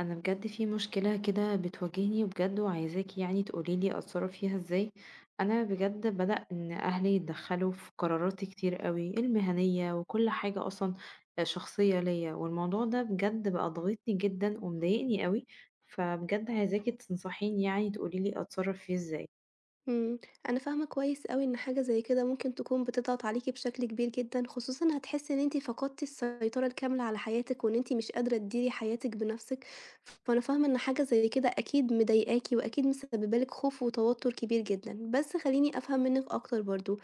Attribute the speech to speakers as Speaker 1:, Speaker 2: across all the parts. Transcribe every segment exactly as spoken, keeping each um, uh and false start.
Speaker 1: انا بجد في مشكلة كده بتواجهني بجد وعايزاكي يعني تقولي لي اتصرف فيها ازاي. انا بجد بدأ ان اهلي يتدخلوا في قراراتي كتير قوي المهنية وكل حاجة اصلا شخصية ليا، والموضوع ده بجد بقى ضاغطني جدا ومضايقني قوي. فبجد عايزاكي تنصحيني يعني تقولي لي اتصرف فيه ازاي.
Speaker 2: إمم، أنا فاهمة كويس أوي إن حاجة زي كده ممكن تكون بتضغط عليكِ بشكل كبير جدًا، خصوصًا هتحسي إن أنتِ فقدتِ السيطرة الكاملة على حياتِك، وإن أنتِ مش قادرة تديري حياتِك بنفسِك، فأنا فاهمة إن حاجة زي كده أكيد مضايقاكِ، وأكيد مسببة لِك خوف وتوتر كبير جدًا، بس خلّيني أفهم منِّك أكتر برضه،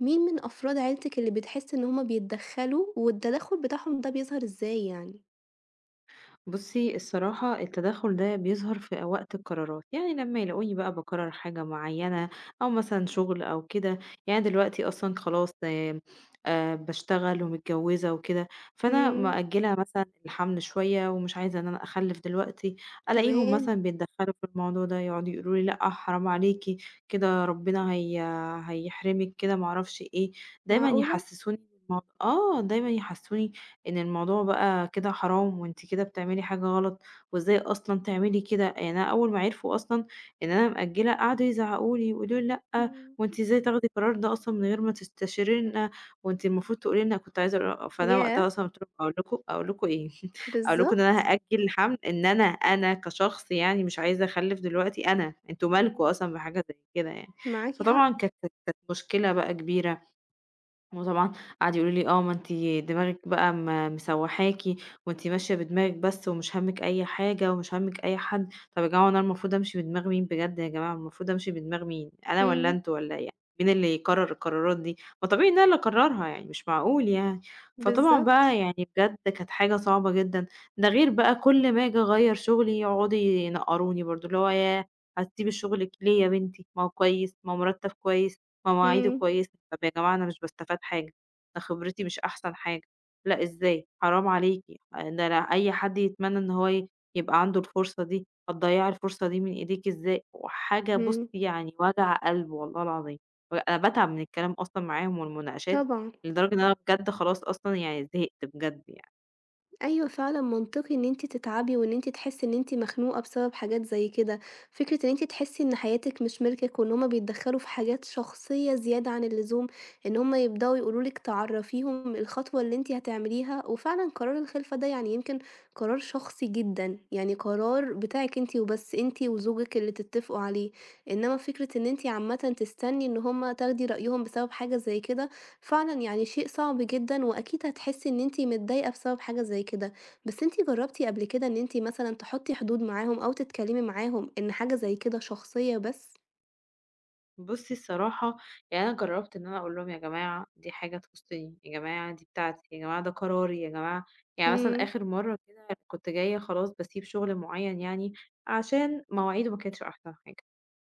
Speaker 2: مين من أفراد عيلتِك اللي بتحسي إن هُم بيتدخلوا، والتدخل بتاعهم ده بيظهر إزاي يعني؟
Speaker 1: بُصّي، الصراحة التدخُّل ده بيظهر في وقت القرارات، يعني لمّا يلاقوني بقى باقرّر حاجة معيّنة أو مثلًا شُغل أو كده، يعني دلوقتي أصلًا خلاص آمم، آآ باشتغل ومتجوّزة وكده، فأنا
Speaker 2: إمم.
Speaker 1: مأجّلة مثلًا الحَمْل شوية ومش عايزة إن أنا أخلِّف دلوقتي، ألاقيهم
Speaker 2: تمام.
Speaker 1: مثلًا بيتدخّلوا في الموضوع ده، يقعدوا يقولوا لي: "لأ، حرام عليكِ، كده ربنا هي هيحرمِك." كده ما أعرفش إيه، دايمًا
Speaker 2: معقولة!
Speaker 1: يحسّسوني بالموض آه، دايمًا يحسّسوني إن الموضوع بقى كده حرام وأنتِ كده بتعملي حاجة غلط، وإزاي أصلًا تعملي كده، يعني أنا أول ما عرفوا أصلًا إن أنا مأجّلة قعدوا يزعقوا لي ويقولوا لي: "لأ،
Speaker 2: إمم.
Speaker 1: وأنتِ إزاي تاخدي القرار ده أصلًا من غير ما تستشيرينا، وأنتِ المفروض تقولي لنا." كنت عايزة أقول فأنا
Speaker 2: ياه!
Speaker 1: وقتها أصلًا قُلت لهم: "أقول لكم أقول لكم إيه، أقول لكم إن أنا
Speaker 2: بالضبط.
Speaker 1: هأجّل الحَمْل، إن أنا أنا كشخص يعني مش عايزة أخلِّف دلوقتي أنا، أنتم مالكم
Speaker 2: إمم.
Speaker 1: أصلًا بحاجة زي كده يعني."
Speaker 2: معاكِ حق.
Speaker 1: فطبعًا كانت كانت مشكلة بقى كبيرة. وطبعًا قعدوا يقولوا لي: "آه، ما أنتِ دماغِك بقى م مسوّحاكِ وأنتِ ماشية بدماغِك بس ومش هَمِّك أي حاجة ومش هَمِّك أي حد." طَب يا جماعة هو أنا المفروض أمشي بدماغ مين بجد يا جماعة، المفروض أمشي بدماغ مين، أنا والّا
Speaker 2: إمم.
Speaker 1: أنتم والّا إيه، مين اللي يقرّر القرارات دي؟ ما طبيعي إن أنا اللي أقرّرها يعني، مش معقول يعني. فطبعًا
Speaker 2: بالضبط.
Speaker 1: بقى يعني بجد كانت حاجة صعبة جدًا، ده غير بقى كل ما آجي أغيّر شغلي يقعدوا ينقّروني برضه، اللي هو "ياه! هتسيبي شغلِك ليه يا بنتي، ما هو كويس، ما هو مرتّب كويس." مواعيده
Speaker 2: إمم.
Speaker 1: كويسة، طب يا جماعة أنا مش باستفاد حاجة، أنا خبرتي مش أحسن حاجة، لأ إزاي، حرام عليكِ، ده أنا أي حد يتمنى إن هو ي يبقى عنده الفرصة دي، هتضيّعي الفرصة دي من إيديكِ إزاي، وحاجة بُصّي
Speaker 2: إمم.
Speaker 1: يعني وجع قلب والله العظيم، أنا باتعب من الكلام أصلًا معاهم والمناقشات،
Speaker 2: طبعًا.
Speaker 1: لدرجة إن أنا بجد خلاص أصلًا يعني زهقت بجد يعني.
Speaker 2: أيوه فعلًا منطقي إن أنتِ تتعبي وإن أنتِ تحسي إن أنتِ مخنوقة بسبب حاجات زي كده، فكرة إن أنتِ تحسي إن حياتِك مش ملكِك وإن هُم بيتدخّلوا في حاجات شخصية زيادة عن اللزوم، إن هُم يبدأوا يقولوا لِك تعرّفيهم الخطوة اللي أنتِ هتعمليها، وفعلًا قرار الخلفة ده يعني يمكن قرار شخصي جدًا، يعني قرار بتاعِك أنتِ وبس، أنتِ وزوجِك اللي تتفقوا عليه، إنما فكرة إن أنتِ عامةً تستني إن هُم تاخدي رأيهم بسبب حاجة زي كده، فعلًا يعني شيء صعب جدًا، وأكيد هتحسي إن أنتِ متضايقة بسبب حاجة زي كده، بس أنتِ جربتِ قبل كده إن أنتِ مثلًا تحطي حدود معاهم أو تتكلمي معاهم إن حاجة زي كده شخصية بس؟
Speaker 1: بُصّي الصراحة يعني أنا جرّبت إن أنا أقول لهم يا جماعة دي حاجة تخُصّني، يا جماعة دي بتاعتي، يا جماعة ده قراري، يا جماعة يعني مثلًا
Speaker 2: إمم.
Speaker 1: آخر مرّة كده كنت جاية خلاص باسيب شُغل معيّن يعني عشان مواعيده ما كانتش أحسن حاجة،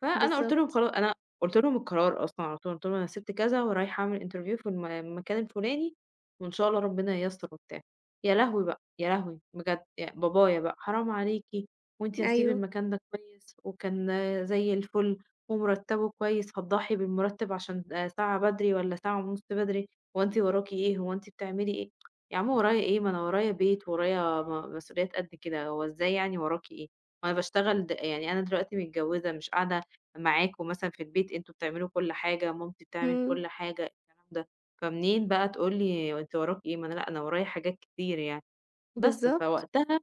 Speaker 1: فأنا قُلت لهم
Speaker 2: بالضبط.
Speaker 1: خلا أنا قُلت لهم القرار أصلًا على طول، قُلت لهم أنا سِبت كذا ورايحة أعمل interview في الم المكان الفُلاني وإن شاء الله ربنا ييسّر وبتاع، يا لهوي بقى، يا لهوي بجد ي بابايا بقى حرام عليكِ وأنتِ هتسيبي
Speaker 2: أيوه.
Speaker 1: المكان ده كويس وكان زي الفُل ومرتبه كويس، هتضحي بالمرتب عشان آآ ساعة بدري والّا ساعة ونص بدري، هو أنتِ وراكِ إيه، هو أنتِ بتعملي إيه؟ يا عم ورايا إيه، ما أنا ورايا بيت، ورايا م مسؤوليات قد كده، هو إزاي يعني وراكِ إيه؟ ما أنا باشتغل د يعني أنا دلوقتي متجوزة مش قاعدة معاكم مثلًا في البيت، أنتم بتعملوا كل حاجة، مامتي بتعمل
Speaker 2: إمم.
Speaker 1: كل حاجة، الكلام ده، فمنين بقى تقول لي أنتِ وراكِ إيه، ما أنا لأ أنا ورايا حاجات كتير يعني، بس
Speaker 2: بالضبط.
Speaker 1: فوقتها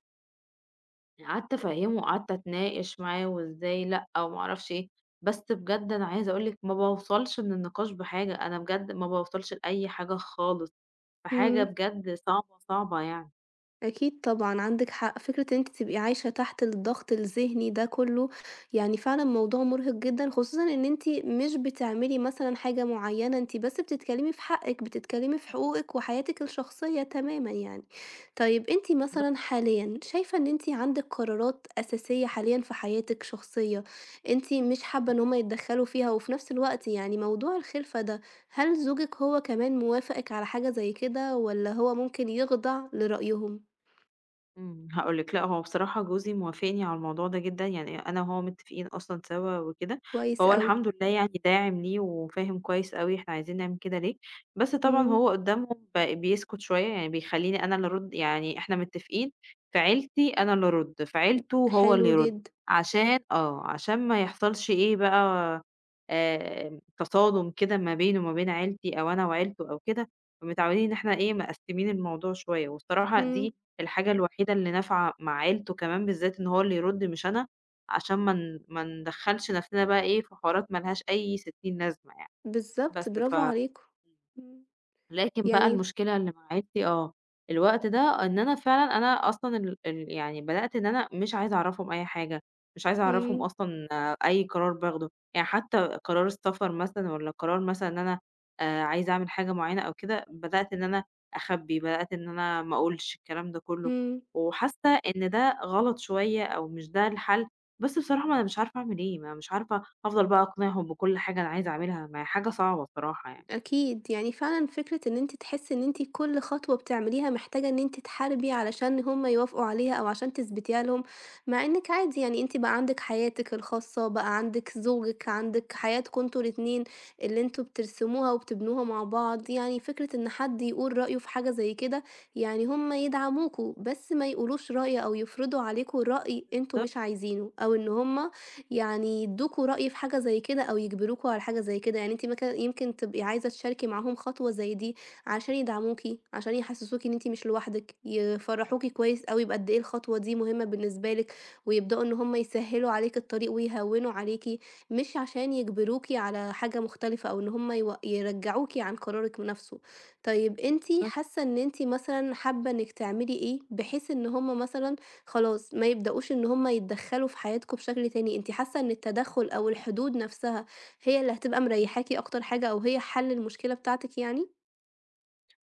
Speaker 1: قعدت أفهّمه وقعدت أتناقش معاه وإزاي لأ وما أعرفش إيه، بس بجد أنا عايزة أقول لِك ما باوصلش من النقاش بحاجة، أنا بجد ما باوصلش لأي حاجة خالص، فحاجة
Speaker 2: إمم.
Speaker 1: بجد صعبة، صعبة يعني.
Speaker 2: أكيد طبعًا عندِك حق، فكرة إن أنتِ تبقي عايشة تحت الضغط الذهني ده كلّه، يعني فعلًا موضوع مرهق جدًا، خصوصًا إن أنتِ مش بتعملي مثلًا حاجة معيّنة، أنتِ بس بتتكلمي في حقِك، بتتكلمي في حقوقِك وحياتِك الشخصية تمامًا يعني. طيب أنتِ مثلًا حاليًا شايفة إن أنتِ عندِك قرارات أساسية حاليًا في حياتِك شخصية، أنتِ مش حابة إن هُم يتدخلوا فيها، وفي نفس الوقت يعني موضوع الخلفة ده، هل زوجِك هو كمان موافقِك على حاجة زي كده، والّا هو ممكن يخضع لرأيهم؟
Speaker 1: إمم، هاقول لِك، لأ هو بصراحة جوزي موافقني على الموضوع ده جدًا، يعني أنا وهو متفقين أصلًا سوا وكده،
Speaker 2: كويس
Speaker 1: فهو
Speaker 2: أوي.
Speaker 1: الحمد لله يعني داعم ليه وفاهم كويس أوي إحنا عايزين نعمل كده ليه، بس طبعًا
Speaker 2: إمم.
Speaker 1: هو قدّامهم ب بيسكت شوية، يعني بيخلّيني أنا اللي أرُد، يعني إحنا متفقين في عيلتي أنا اللي أرُد، في عيلته هو
Speaker 2: حلو
Speaker 1: اللي يرُد،
Speaker 2: جدًا.
Speaker 1: عشان آه، عشان ما يحصلش إيه بقى، آآ تصادم كده ما بينه وما بين عيلتي أو أنا وعيلته أو كده، فمتعودين إن إحنا إيه، مقسّمين الموضوع شوية، والصراحة
Speaker 2: إمم.
Speaker 1: دي الحاجة الوحيدة اللي نافعة مع عيلته كمان بالذات إن هو اللي يرُد مش أنا، عشان ما ن ما ندخّلش نَفْسنا بقى إيه في حوارات ما لهاش أي ستين لازمة يعني، بس
Speaker 2: بالضبط
Speaker 1: ف
Speaker 2: برافو
Speaker 1: إمم.
Speaker 2: عليكم. إمم.
Speaker 1: لكن بقى
Speaker 2: يعني.
Speaker 1: المشكلة اللي مع عيلتي آه، الوقت ده إن أنا فعلًا أنا أصلًا ال ال يعني بدأت إن أنا مش عايزة أعرّفهم أي حاجة، مش عايزة أعرّفهم
Speaker 2: إمم.
Speaker 1: أصلًا آه، أي قرار باخده، يعني حتى قرار السفر مثلًا والّا قرار مثلًا إن أنا آآ عايزة أعمل حاجة معيّنة أو كده، بدأت إن أنا أخبّي، بدأت إن أنا ما أقولش الكلام ده كُلّه،
Speaker 2: إمم.
Speaker 1: وحاسة إن ده غلط شوية أو مش ده الحل، بس بصراحة ما أنا مش عارفة أعمل إيه، ما أنا مش عارفة أفضل بقى أقنعهم بكل حاجة أنا عايزة أعملها، ما هي حاجة صعبة بصراحة يعني.
Speaker 2: أكيد، يعني فعلًا فكرة إن أنتِ تحسّي إن أنتِ كل خطوة بتعمليها محتاجة إن أنتِ تحاربي علشان هُم يوافقوا عليها أو عشان تثبتيها لهم، مع إنِّك عادي يعني أنتِ بقى عندِك حياتِك الخاصة، بقى عندِك زوجِك، عندِك حياتكم أنتم الاتنين اللي أنتم بترسموها وبتبنوها مع بعض، يعني فكرة إن حد يقول رأيه في حاجة زي كده، يعني هُم يدعموكم، بس ما يقولوش رأي أو يفرضوا عليكم رأي أنتم
Speaker 1: بالضبط،
Speaker 2: مش عايزينه، أو إن هُم يعني يدّوكوا رأي في حاجة زي كده أو يجبروكوا على حاجة زي كده، يعني أنتِ مك يمكن تبقي عايزة تشاركي معاهم خطوة زي دي عشان يدعموكِ، عشان يحسسوكِ إن أنتِ مش لوحدِك، يفرّحوكِ كويس أوي بقد إيه الخطوة دي مهمة بالنسبة لِك، ويبدؤوا إن هُم يسهّلوا عليكِ الطريق ويهوّنوا عليكِ، مش عشان يجبروكِ على حاجة مختلفة أو إن هُم يو يرجّعوكِ عن قرارِك نَفْسه. طيب أنتِ
Speaker 1: بالضبط.
Speaker 2: حاسة إن أنتِ مثلًا حابة إنِّك تعملي إيه بحيث إن هُم مثلًا خلاص ما يبدأوش إن هُم يتدخّلوا في حياتكم بشكل تاني، أنتِ حاسة إن التدخُّل أو الحدود نَفْسها هي اللي هتبقى مريّحاكِ أكتر حاجة أو هي حَل المشكلة بتاعتِك يعني؟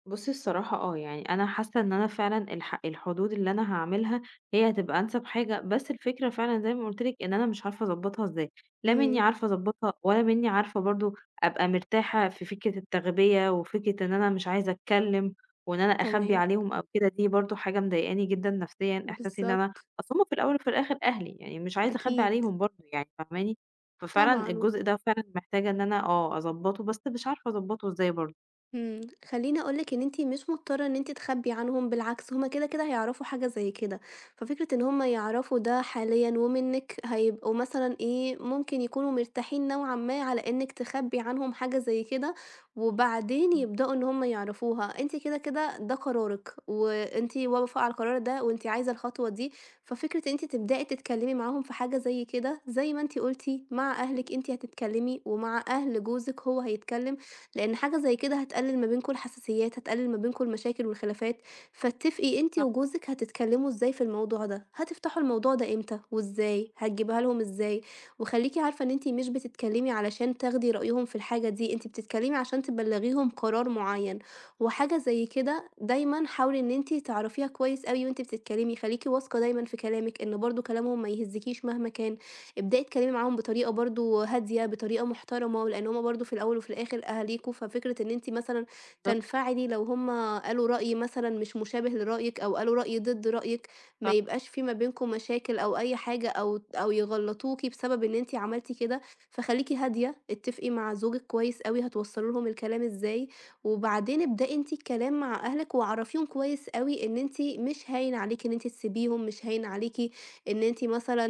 Speaker 1: بُصّي الصراحة آه، يعني أنا حاسة إن أنا فعلًا الح الحدود اللي أنا هاعملها هي هتبقى أنسب حاجة، بس الفكرة فعلًا زي ما قُلت لِك إن أنا مش عارفة أضبّطها إزاي، لا منّي
Speaker 2: إمم.
Speaker 1: عارفة أضبّطها ولا منّي عارفة برضه أبقى مرتاحة في فكرة التغبية وفكرة إن أنا مش عايزة أتكلّم وإن أنا أخبّي
Speaker 2: تمام.
Speaker 1: عليهم أو كده، دي برضه حاجة مضايقاني جدًا نفسيًا، إحساسي إن أنا
Speaker 2: بالضبط.
Speaker 1: أصل هُم في الأول وفي الآخر أهلي، يعني مش عايزة أخبّي
Speaker 2: أكيد.
Speaker 1: عليهم برضه يعني فاهماني؟ ففعلًا
Speaker 2: طبعًا.
Speaker 1: الجزء ده فعلًا محتاجة إن أنا آه أضبّطه، بس مش عارفة أضبّطه إزاي برضه.
Speaker 2: إمم، خلّيني أقول لِك إن أنتِ مش مضطرة إن أنتِ تخبّي عنهم، بالعكس هُم كده، كده هيعرفوا حاجة زي كده، ففكرة إن هُم يعرفوا ده حاليًا ومنِّك هيبقوا مثلًا إيه، ممكن يكونوا مرتاحين نوعًا ما على إنِّك تخبّي عنهم حاجة زي كده، وبعدين
Speaker 1: إمم،
Speaker 2: يبدؤوا إن هُم يعرفوها، أنتِ كده، كده ده قرارِك، وأنتِ واقفة على القرار ده وأنتِ عايزة الخطوة دي، ففكرة إن أنتِ تبدئي تتكلّمي معاهم في حاجة زي كده، زي ما أنتِ قُلتِ مع أهلِك أنتِ هتتكلّمي، ومع أهل جوزِك هو هيتكلّم. لأن حاجة زي كده هتقلل ما بينكم الحساسيات، هتقلل ما بينكم المشاكل والخلافات، فاتفقي أنتِ
Speaker 1: صح
Speaker 2: وجوزِك هتتكلموا إزاي في الموضوع ده، هتفتحوا الموضوع ده إمتى وإزاي، هتجيبيها لهم إزاي، وخليكِ عارفة إن أنتِ مش بتتكلمي علشان تاخدي رأيهم في الحاجة دي، أنتِ بتتكلمي عشان تبلغيهم قرار معين، وحاجة زي كده دايمًا حاولي إن أنتِ تعرفيها كويس أوي وأنتِ بتتكلمي، خليكِ واثقة دايمًا في كلامِك إن برضه كلامهم ما يهزكيش مهما كان. ابدأي اتكلمي معاهم بطريقة برضه هادية، بطريقة محترمة، لإن هُم برضه في الأول وفي الآخر أهاليكم، ففكرة إن أنتِ مثلًا
Speaker 1: بالضبط.
Speaker 2: تنفعلي لو هُم قالوا رأي مثلًا مش مشابه لرأيِك أو قالوا رأي ضد رأيِك، ما يبقاش في ما بينكم مشاكل أو أي حاجة أو أو يغلطوكِ بسبب إن أنتِ عملتِ كده، فخليكِ هادية، اتفقي مع زوجِك كويس أوي هتوصّلي لهم الكلام إزاي، وبعدين ابدئي أنتِ الكلام مع أهلِك وعرّفيهم كويس أوي إن أنتِ مش هاين عليكِ إن أنتِ تسيبيهم، مش هاين عليكِ إن أنتِ مثلًا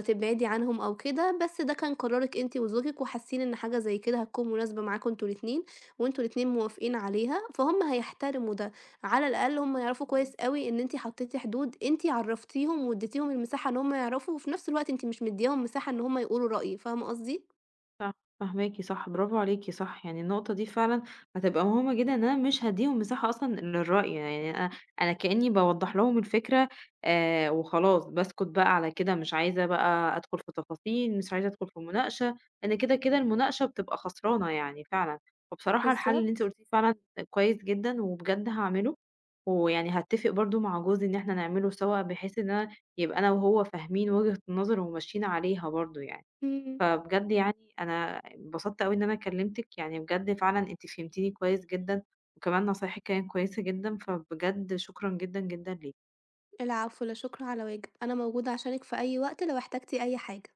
Speaker 2: تبعدي عنهم أو كده، بس ده كان قرارِك أنتِ وزوجِك، وحاسين إن حاجة زي كده هتكون مناسبة معاكم أنتم الاتنين، وأنتم الاتنين موافقين عليها، فهُم هيحترموا ده، على الأقل هُم يعرفوا
Speaker 1: إمم،
Speaker 2: كويس أوي إن أنتِ حطيتِ حدود، أنتِ عرّفتيهم واديتيهم المساحة إن هُم يعرفوا، وفي نفس الوقت أنتِ مش مدياهم مساحة إن هُم يقولوا رأي، فاهمة قصدي؟
Speaker 1: صح، فاهماكِ صح، برافو عليكِ صح، يعني النقطة دي فعلًا هتبقى مهمة جدًا إن أنا مش هادّيهم مساحة أصلًا للرأي، يعني أنا أنا كإني باوضّح لهم الفكرة آآ وخلاص، باسكت بقى على كده، مش عايزة بقى أدخل في تفاصيل، مش عايزة أدخل في مناقشة، لإن كده، كده المناقشة بتبقى خسرانة يعني فعلًا، فبصراحة الحل اللي أنتِ
Speaker 2: بالضبط.
Speaker 1: قُلتيه فعلًا كويس جدًا وبجد هاعمله، ويعني هاتّفق برضه مع جوزي إن إحنا نعمله سوا، بحيث إن أنا يبقى أنا وهو فاهمين وجهة النظر وماشيين عليها برضه يعني.
Speaker 2: إمم،
Speaker 1: فبجد يعني أنا اتبسطت أوي إن أنا كلمتِك، يعني بجد فعلًا أنتِ فهمتيني كويس جدًا، وكمان نصايحِك كانت كويسة جدًا، فبجد شكرًا جدًا، جدًا ليكِ.
Speaker 2: العفو، لا شكر على واجب، أنا موجودة عشانِك في أي وقت لو احتجتِ أي حاجة.